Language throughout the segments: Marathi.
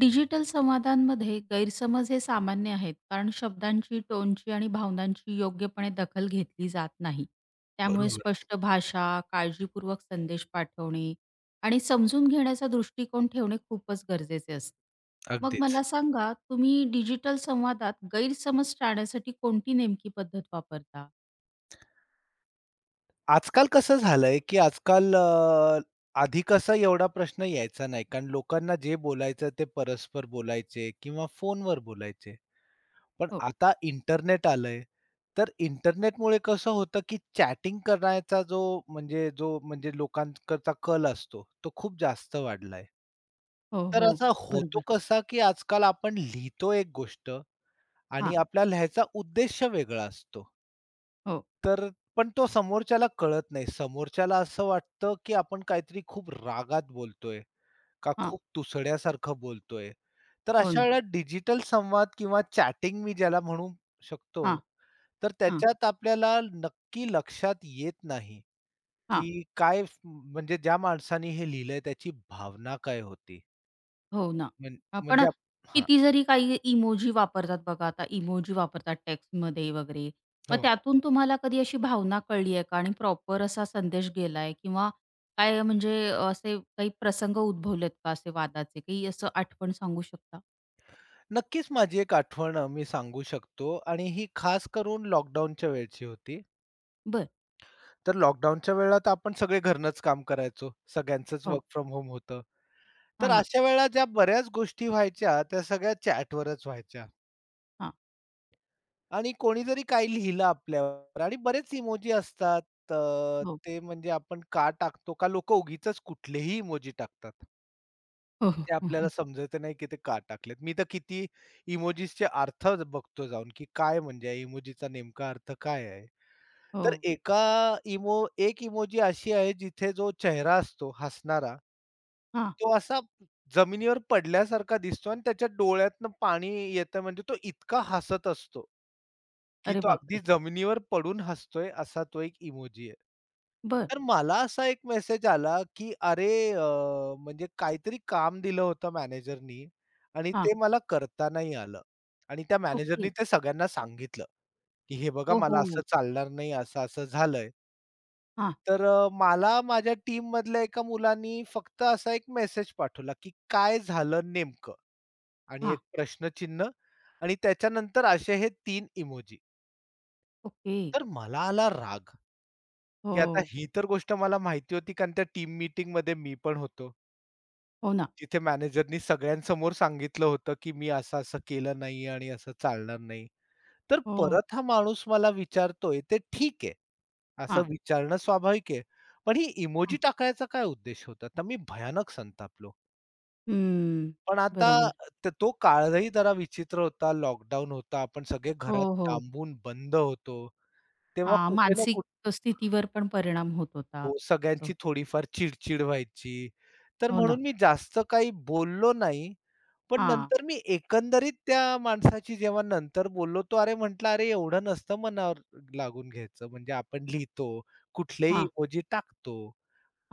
डिजिटल संवादांमध्ये गैरसमज हे सामान्य आहेत, कारण शब्दांची टोनची आणि भावनांची योग्यपणे दखल घेतली जात नाही. त्यामुळे बरोबर. स्पष्ट भाषा, काळजीपूर्वक संदेश पाठवणे आणि समजून घेण्याचा दृष्टिकोन ठेवणे खूपच गरजेचे असते. मग अगदीच. मला सांगा, तुम्ही डिजिटल संवादात गैरसमज टाळण्यासाठी कोणती नेमकी पद्धत वापरता? आजकाल कसं झालंय, की आजकाल आधी कसा एवढा प्रश्न यायचा नाही, कारण लोकांना जे बोलायचं ते परस्पर बोलायचे किंवा फोनवर बोलायचे. पण हो, आता इंटरनेट आलंय, तर इंटरनेटमुळे कसं होतं, की चॅटिंग करण्याचा जो म्हणजे लोकांकडचा कल असतो, तो खूप जास्त वाढलाय. हो. तर हो. असा होतो बरोबर. कसा, की आजकाल आपण लिहितो एक गोष्ट हां. आणि आपला लिहायचा उद्देश वेगळा असतो. हो. तर पण तो समोरच्याला कळत नाही. समोरच्याला असं वाटतं, की आपण काहीतरी खूप रागात बोलतोय का हां. खूप तुसड्यासारखं बोलतोय. तर हो अशा ना. वेळेला डिजिटल संवाद किंवा चॅटिंग मी ज्याला म्हणू शकतो, हां. तर त्याच्यात आपल्याला नक्की लक्षात येत नाही, हां. की म्हणजे ज्या माणसाने हे लिहिलंय त्याची भावना काय होती? हो ना. म्हण म्हणजे पण हां. किती जरी काही इमोजी वापरतात बघा, आता इमोजी वापरतात टेक्स्टमध्ये वगैरे. मग हो. त्यातून तुम्हाला कधी अशी भावना कळली आहे का? आणि प्रॉपर असा संदेश गेलाय, किंवा काय, म्हणजे असे काही प्रसंग उद्भवलेत का असे वादाचे? काही असं आठवण सांगू शकता? नक्कीच माझी एक आठवण मी सांगू शकतो आणि ही खास करून लॉकडाऊनच्या वेळची होती. बरं. तर लॉकडाऊनच्या वेळात आपण सगळे घरनंच काम करायचो. सगळ्यांचंच हो. वर्क फ्रॉम होम होतं. हां तर ना. अशा वेळेला ज्या बऱ्याच गोष्टी व्हायच्या त्या सगळ्या चॅटवरच व्हायच्या हां. आणि कोणी जरी काही लिहिलं आपल्यावर आणि बरेच इमोजी असतात. हो. ते म्हणजे आपण का टाकतो का लोकं उगीचच कुठलेही इमोजी टाकतात. हो, हो. ते आपल्याला हं. समजत नाही की ते का टाकलेत. मी तर किती इमोजीसचे अर्थ बघतो जाऊन, की काय म्हणजे या इमोजीचा नेमका अर्थ काय आहे? हो. तर हो. एका इमो एक इमोजी अशी आहे जिथे जो चेहरा असतो हसणारा, हां. तो असा जमिनीवर पडल्यासारखा दिसतो आणि त्याच्या डोळ्यातनं पाणी येतं म्हणजे तो इतका हसत असतो. की अरे तो अगदी बापरे! जमिनीवर पडून हसतोय असा तो एक इमोजी आहे. बरं. तर मला असा एक मेसेज आला, की अरे म्हणजे काहीतरी काम दिलं होतं मॅनेजरनी आणि हां. ते मला करता नाही आलं आणि त्या मॅनेजरनी ओके. ते सगळ्यांना सांगितलं, की "हे बघा मला असं ओहो! चालणार नाही, असं-असं झालंय." हां, तर मला माझ्या टीममधल्या एका मुलानी फक्त असा एक मेसेज पाठवला, की "काय झालं नेमकं?" आणि हां. एक प्रश्नचिन्ह आणि त्याच्यानंतर असे हे 3 इमोजी. ओके. तर मला आला राग. की आता हो. ही तर गोष्ट मला माहिती होती कारण त्या टीम मीटिंग मीटिंगमध्ये मी पण होतो. हो ना. तिथे मॅनेजरनी सगळ्यांसमोर सांगितलं होतं, की मी असं-असं केलं नाही आणि असं चालणार नाही. तर हो. परत हा माणूस मला विचारतोय ते ठीक आहे. असं हां. विचारणं स्वाभाविक आहे. पण ही इमोजी हं. टाकायचा काय उद्देश होता? तर मी भयानक संतापलो. हम्म. पण आता बरोबर. तो काळही जरा विचित्र होता. लॉकडाऊन होता. आपण सगळे हो, घरात हो. डांबून बंद होतो. तेव्हा हां, कुठे ना मानसिक कुठे स्थितीवर पण परिणाम होत होता. हो, सगळ्यांची हो. थोडीफार चिड व्हायची. तर हो ना. म्हणून मी जास्त काही बोललो नाही. पण हां, नंतर मी एकंदरीत त्या माणसाची जेव्हा नंतर बोललो, तो अरे म्हटला, "अरे एवढं नसतं मनावर लागून घ्यायचं. म्हणजे आपण लिहितो, कुठलेही हां, इमोजी टाकतो.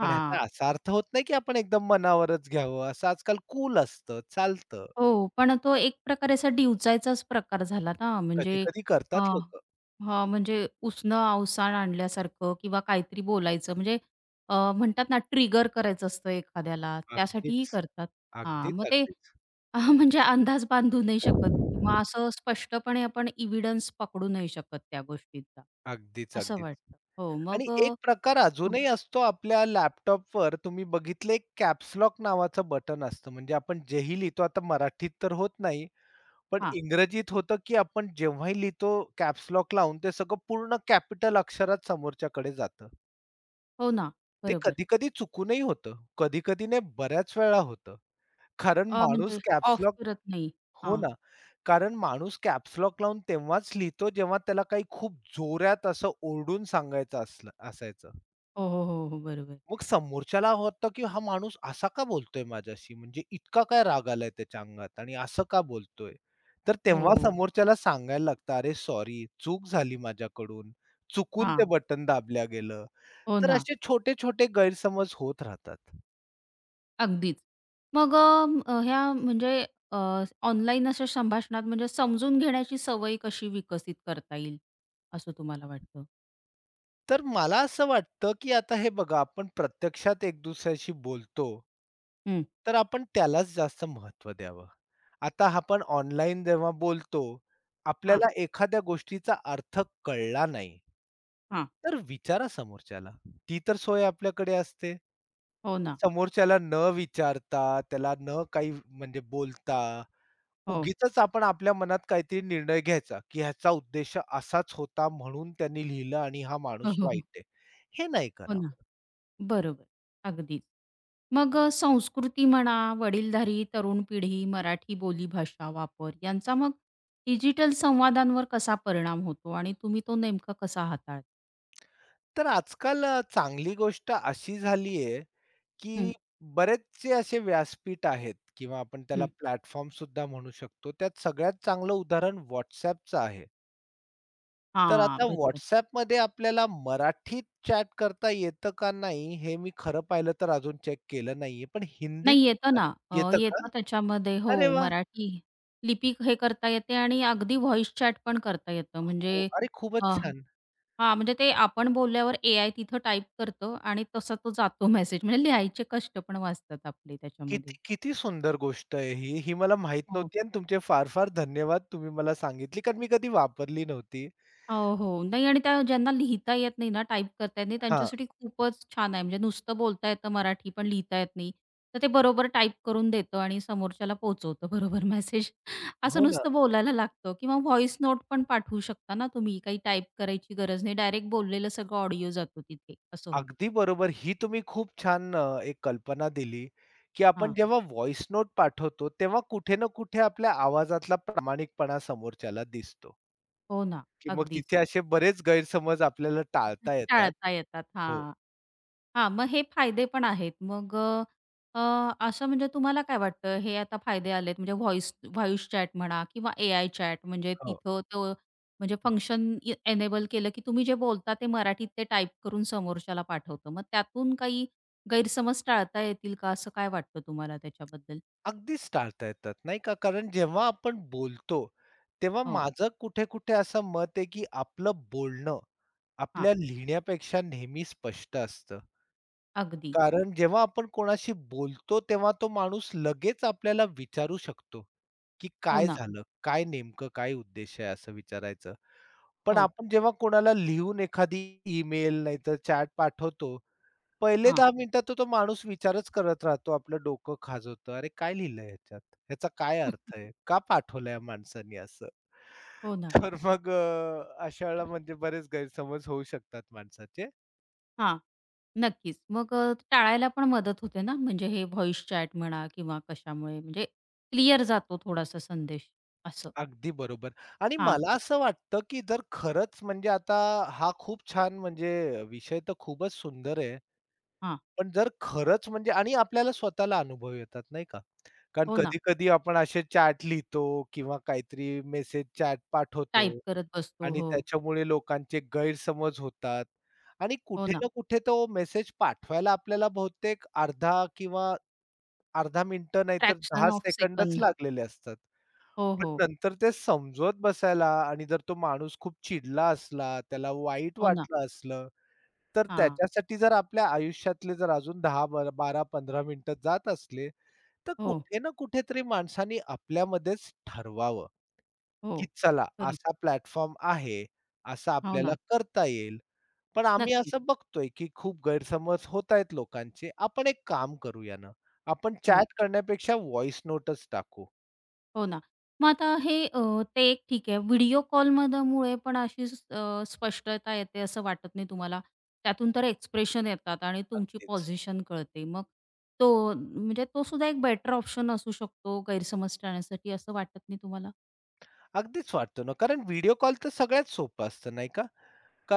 पण ह्याचा असा अर्थ होत नाही की आपण एकदम मनावरच घ्यावं." असं आजकाल कूल असतं, चालतं. हो, पण तो एक प्रकारे असा डिवचायचाच प्रकार झाला ना, म्हणजे कधी-कधी अ, करतात लोकं. हां, म्हणजे उसनं अवसान आणल्यासारखं किंवा काहीतरी बोलायचं म्हणजे म्हणतात ना, ट्रिगर करायचं असतं एखाद्याला, अगदीच. त्यासाठीही करतात. हां, अगदीच, मग ते अगदीच. म्हणजे अंदाज बांधू नाही शकत किंवा असं स्पष्टपणे आपण एव्हिडन्स पकडू नाही शकत त्या गोष्टीचा, अगदीच, असं अगदीच. वाटतं. हो, आणि मग एक प्रकार अजूनही असतो आपल्या लॅपटॉपवर तुम्ही बघितले कॅप्स लॉक नावाचं बटन असतं म्हणजे आपण जेही लिहितो आता मराठीत तर होत नाही, पण हां. इंग्रजीत होतं की आपण जेव्हाही लिहितो कॅप्स लॉक लावून ते सगळं पूर्ण कॅपिटल अक्षरात समोरच्याकडे जातं. हो ना, ते बरोबर. कधी-कधी चुकूनही होतं. कधी-कधी नाही बऱ्याच वेळा होतं. कारण माणूस म्हणजे कॅप्स ऑफ करत नाही. हो हां. ना. कारण माणूस कॅप्स लावून तेव्हाच लिहितो जेव्हा त्याला काही खूप जोरात असं ओरडून सांगायचं असलं असायचं. हो, हो, हो, हो. बरोबर. मग समोरच्याला वाटतं, की हा माणूस असा का बोलतोय माझ्याशी? म्हणजे इतका काय राग आलाय त्याच्या अंगात आणि असं का बोलतोय? तर हो, तेव्हा हो. समोरच्याला सांगायला लागतं, "अरे सॉरी, चूक झाली माझ्याकडून. चुकून ते हां. बटन दाबल्या गेलं." हो तर ना, असे छोटे-छोटे गैरसमज होत राहतात. अगदीच. मग ह्या म्हणजे अ, ऑनलाईन अशा संभाषणात म्हणजे समजून घेण्याची सवय कशी विकसित करता येईल, असं तुम्हाला वाटतं? तर मला असं वाटतं, की आता हे बघा आपण प्रत्यक्षात एक दुसऱ्याशी बोलतो, हं. तर आपण त्यालाच जास्त महत्त्व द्यावं. आता आपण ऑनलाईन जेव्हा बोलतो, हां, आपल्याला एखाद्या गोष्टीचा अर्थ कळला नाही, हां. तर विचारा समोरच्याला. ती तर सोय आपल्याकडे असते. हो ना. समोरच्याला न विचारता, त्याला न काही म्हणजे बोलता हो. उगीचच आपण आपल्या मनात काहीतरी निर्णय घ्यायचा, की ह्याचा उद्देश असाच होता म्हणून त्यांनी लिहिलं आणि हा हो, माणूस हो, हो. वाईट आहे. हे नाही हो ना. करावं. बरोबर. अगदीच. मग संस्कृती म्हणा, वडीलधारी तरुण पिढी, मराठी बोलीभाषा वापर, यांचा मग डिजिटल संवादांवर कसा परिणाम होतो आणि तुम्ही तो नेमका कसा हाताळता? तर आजकाल चांगली गोष्ट अशी झाली आहे, हं, की बरेचसे असे व्यासपीठ आहेत किंवा आपण त्याला हं. प्लॅटफॉर्म सुद्धा म्हणू शकतो. त्यात सगळ्यात चांगलं उदाहरण WhatsAppचं आहे. तर आता हां, बरोबर. WhatsAppमध्ये आपल्याला मराठीत चॅट करता येतं का नाही हे मी खरं पाहिलं तर अजून चेक केलं नाहीये. पण हिंदीत नाही येतं कर ना, येतं का? येतं त्याच्यामध्ये हो, अरे वाह! मराठी लिपी हे करता येते आणि अगदी व्हॉईस चॅट पण करता येतं. हो. म्हणजे अरे अ, खूपच छान. हां, म्हणजे ते आपण बोलल्यावर एआय तिथं टाइप करतं आणि तसा तो जातो मेसेज. म्हणजे लिहायचे कष्ट पण वाचतात आपले त्याच्यामध्ये. किती किती सुंदर गोष्ट आहे ही. ही मला माहीत हो. नव्हती आणि तुमचे फार फार धन्यवाद. तुम्ही मला सांगितली कारण मी कधी वापरली नव्हती. हो, हो. नाही, आणि त्या ज्यांना लिहिता येत नाही ना, टाइप करता येत नाही, हां. त्यांच्यासाठी खूपच छान आहे. म्हणजे नुसतं बोलता येतं मराठी, पण लिहिता येत नाही. तर ते बरोबर टाइप करून देतं आणि समोरच्याला पोहोचवतं बरोबर मेसेज. असं हो ना. नुसतं बोलायला लागतं किंवा व्हॉईस नोट पण पाठवू शकता ना तुम्ही. काही टाइप करायची गरज नाही. डायरेक्ट बोललेलं सगळं ऑडिओ जातो तिथे. असं होतं. अगदी बरोबर. ही तुम्ही खूप छान एक कल्पना दिली, की आपण हां. जेव्हा व्हॉइस नोट पाठवतो, तेव्हा कुठे ना कुठे आपल्या आवाजातला प्रामाणिकपणा समोरच्याला दिसतो, हो ना. की मग अगदीच. तिथे असे बरेच गैरसमज आपल्याला टाळता येतात. टाळता येतात. हो, हां. हां, मग हे फायदे पण आहेत. मग असं म्हणजे तुम्हाला काय वाटतं, हे आता फायदे आलेत म्हणजे व्हॉईस व्हॉईस चॅट म्हणा किंवा एआय चॅट, म्हणजे हो. तिथं तो म्हणजे फंक्शन ए एनेबल केलं, की तुम्ही जे बोलता ते मराठीत ते टाईप करून समोरच्याला पाठवतं. मग त्यातून काही गैरसमज टाळता येतील का? असं काय वाटतं तुम्हाला त्याच्याबद्दल? अगदीच टाळता येतात, नाही का? कारण जेव्हा आपण बोलतो, तेव्हा हो. माझं कुठे-कुठे असं मत आहे, की आपलं बोलणं हां, आपल्या लिहिण्यापेक्षा नेहमी स्पष्ट असतं. अगदी. कारण जेव्हा आपण कोणाशी बोलतो, तेव्हा तो माणूस लगेच आपल्याला विचारू शकतो, की हो काय ना. झालं? काय नेमकं काय उद्देश आहे? असं विचारायचं. पण हो. आपण जेव्हा कोणाला लिहून एखादी ईमेल नाहीतर चॅट पाठवतो, पहिले हां. 10 मिनिटात तर तो माणूस विचारच करत राहतो. आपलं डोकं खाजवतं. "अरे काय लिहिलंय ह्याच्यात? ह्याचा काय अर्थ आहे? का पाठवलं या माणसाने असं?" हो ना. तर मग अशा वेळेला म्हणजे बरेच गैरसमज होऊ शकतात माणसाचे. हां. नक्कीच. मग टाळायला पण मदत होते ना, म्हणजे हे व्हॉईस चॅट म्हणा किंवा कशामुळे म्हणजे क्लिअर जातो थोडासा संदेश असं. अगदी बरोबर आणि हां, मला असं वाटतं, की जर खरंच म्हणजे आता हा खूप छान म्हणजे विषय तर खूपच सुंदर आहे. हां. पण जर खरंच म्हणजे आणि आपल्याला स्वतःला अनुभव येतात नाही का? कारण हो ना. कधी-कधी आपण असे चॅट लिहितो किंवा काहीतरी मेसेज चॅट पाठवतो. टाइप करत बसतो. आणि हो, त्याच्यामुळे लोकांचे गैरसमज होतात आणि हो कुठे ना. ना कुठे तो मेसेज पाठवायला आपल्याला बहुतेक अर्धा किंवा अर्धा मिनिटं नाहीतर 10 फ्रॅक्शन ऑफ सेकंदच सेकंद. लागलेले असतात. हो, पण हो. नंतर ते समजवत बसायला आणि जर तो माणूस खूप चिडला असला, त्याला वाईट हो ना. वाटलं असलं, तर हां. त्याच्यासाठी जर आपल्या आयुष्यातले जर अजून 10 12-15 मिनिटं जात असले, तर हो, कुठे ना कुठेतरी माणसाने आपल्यामध्येच ठरवावं. हो. की चला बरोबर. असा प्लॅटफॉर्म आहे, असं हो ना. आपल्याला करता येईल. पण आम्ही नक्कीच. असं बघतोय, की खूप गैरसमज होत आहेत लोकांचे. आपण एक काम करूया ना, आपण हो. चॅट करण्यापेक्षा व्हॉइस नोटच टाकू. हो ना. मग आता हे ते एक ठीक आहे. व्हिडिओ कॉलमधमुळे पण अशी स्पष्टता येते असं वाटत नाही तुम्हाला? त्यातून तर एक्सप्रेशन येतात आणि तुमची अगदीच. पोझिशन कळते. मग तो म्हणजे तो सुद्धा एक बेटर ऑप्शन असू शकतो गैरसमज टाळण्यासाठी, असं वाटत नाही तुम्हाला? अगदीच वाटतो ना, कारण व्हिडिओ कॉल तर सगळ्यात सोपं असतं नाही का?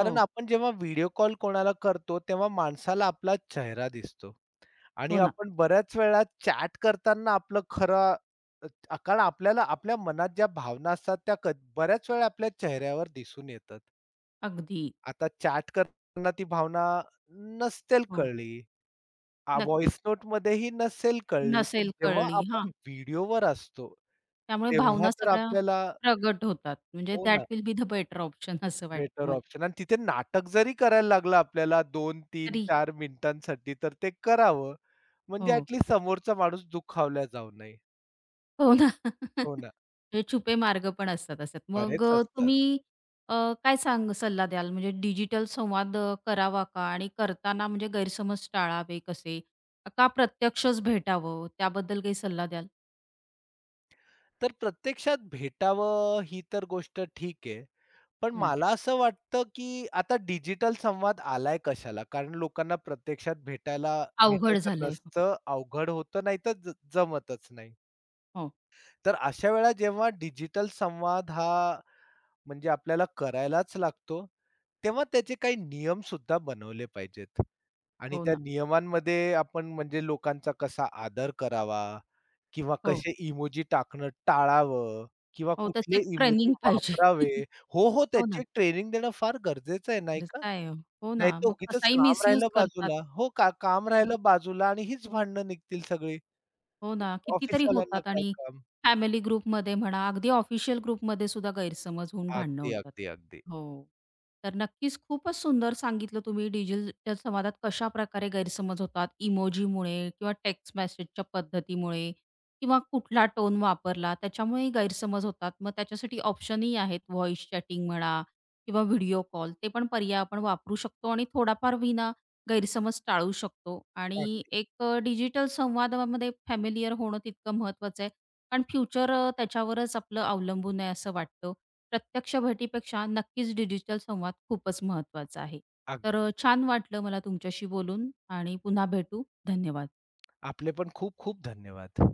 हो. आपण जेव्हा व्हिडिओ कॉल कोणाला करतो, तेव्हा माणसाला आपला चेहरा दिसतो. आणि हो ना. आपण बऱ्याच वेळा चॅट करताना आपलं खरं कारण आपल्याला आपल्या मनात ज्या भावना असतात त्या बऱ्याच वेळा आपल्या चेहऱ्यावर दिसून येतात. अगदी. आता चॅट करताना ती भावना नसेल हो. कळली, नक्कीच. व्हॉइस नोटमध्येही नसेल कळली, पण नसेल जेव्हा कळली, हां. आपण व्हिडिओवर असतो, त्यामुळे तेव्हा भावना तर सगळ्या आपल्याला प्रगट होतात. म्हणजे हो दॅट ना, will be the better option असं वाटतं बेटर मला ऑप्शन आणि तिथे नाटक जरी करायला लागलं आपल्याला 2, 3, तरी. 4 मिनिटांसाठी तर ते करावं. म्हणजे हो. ॲट समोरचा माणूस दुखावला जाऊ नये. हो ना. हो ना. हे छुपे मार्ग पण असतात असतात. मग बरेच असतात. तुम्ही अ, काय सांग सल्ला द्याल, म्हणजे डिजिटल संवाद करावा का? आणि करताना म्हणजे गैरसमज टाळावे कसे? का प्रत्यक्षच भेटावं? त्याबद्दल काही सल्ला द्याल? तर प्रत्यक्षात भेटावं ही तर गोष्ट ठीक आहे. पण हं. मला असं वाटतं, की आता डिजिटल संवाद आलाय कशाला? कारण लोकांना प्रत्यक्षात अवघड भेटायचं झालंय. नसतं, अवघड होतं, नाहीतर जमतच नाही. हो, तर अशा वेळा जेव्हा डिजिटल संवाद हा म्हणजे आपल्याला करायलाच लागतो, तेव्हा त्याचे काही नियम सुद्धा बनवले पाहिजेत. आणि हो त्या ना. नियमांमध्ये आपण म्हणजे लोकांचा कसा आदर करावा किंवा हो, कसे इमोजी टाकणं टाळावं किंवा हो. त्याचं कुठले एक इमोजी ट्रेनिंग पाहिजे. वापरावे. हो, हो, हो ना. त्याची ट्रेनिंग देणं फार गरजेचं आहे, नाही खरंच का? काय हो. हो ना. नाहीतर मग उगीचच कसाही काम राहिलं मिसयूज करतात. बाजूला. हो, का काम राहिलं बाजूला आणि हीच भांडणं निघतील सगळी. हो ना, कितीतरी ऑफिसवाल्यांना होतात काय आणि काम? फॅमिली ग्रुपमध्ये म्हणा, अगदी ऑफिशियल ग्रुपमध्ये सुद्धा गैरसमज होऊन भांडणं अगदी, होतात. अगदी, अगदी. हो. तर नक्कीच खूपच सुंदर सांगितलं तुम्ही, डिजिटल संवादात कशाप्रकारे गैरसमज होतात. इमोजीमुळे किंवा टेक्स्ट मेसेजच्या पद्धतीमुळे किंवा कुठला टोन वापरला त्याच्यामुळेही गैरसमज होतात. मग त्याच्यासाठी ऑप्शनही आहेत. व्हॉईस चॅटिंग म्हणा किंवा व्हिडिओ कॉल, ते पण पर्याय आपण वापरू शकतो आणि थोडाफार विना गैरसमज टाळू शकतो अग आणि एक डिजिटल संवादामध्ये फॅमिलियर होणं तितकं महत्त्वाचं आहे. कारण फ्युचर त्याच्यावरच आपलं अवलंबून आहे असं वाटतं. प्रत्यक्ष भेटीपेक्षा नक्कीच डिजिटल संवाद खूपच महत्त्वाचा आहे. अग तर छान वाटलं मला तुमच्याशी बोलून आणि पुन्हा भेटू. धन्यवाद. आपले पण खूप खूप धन्यवाद.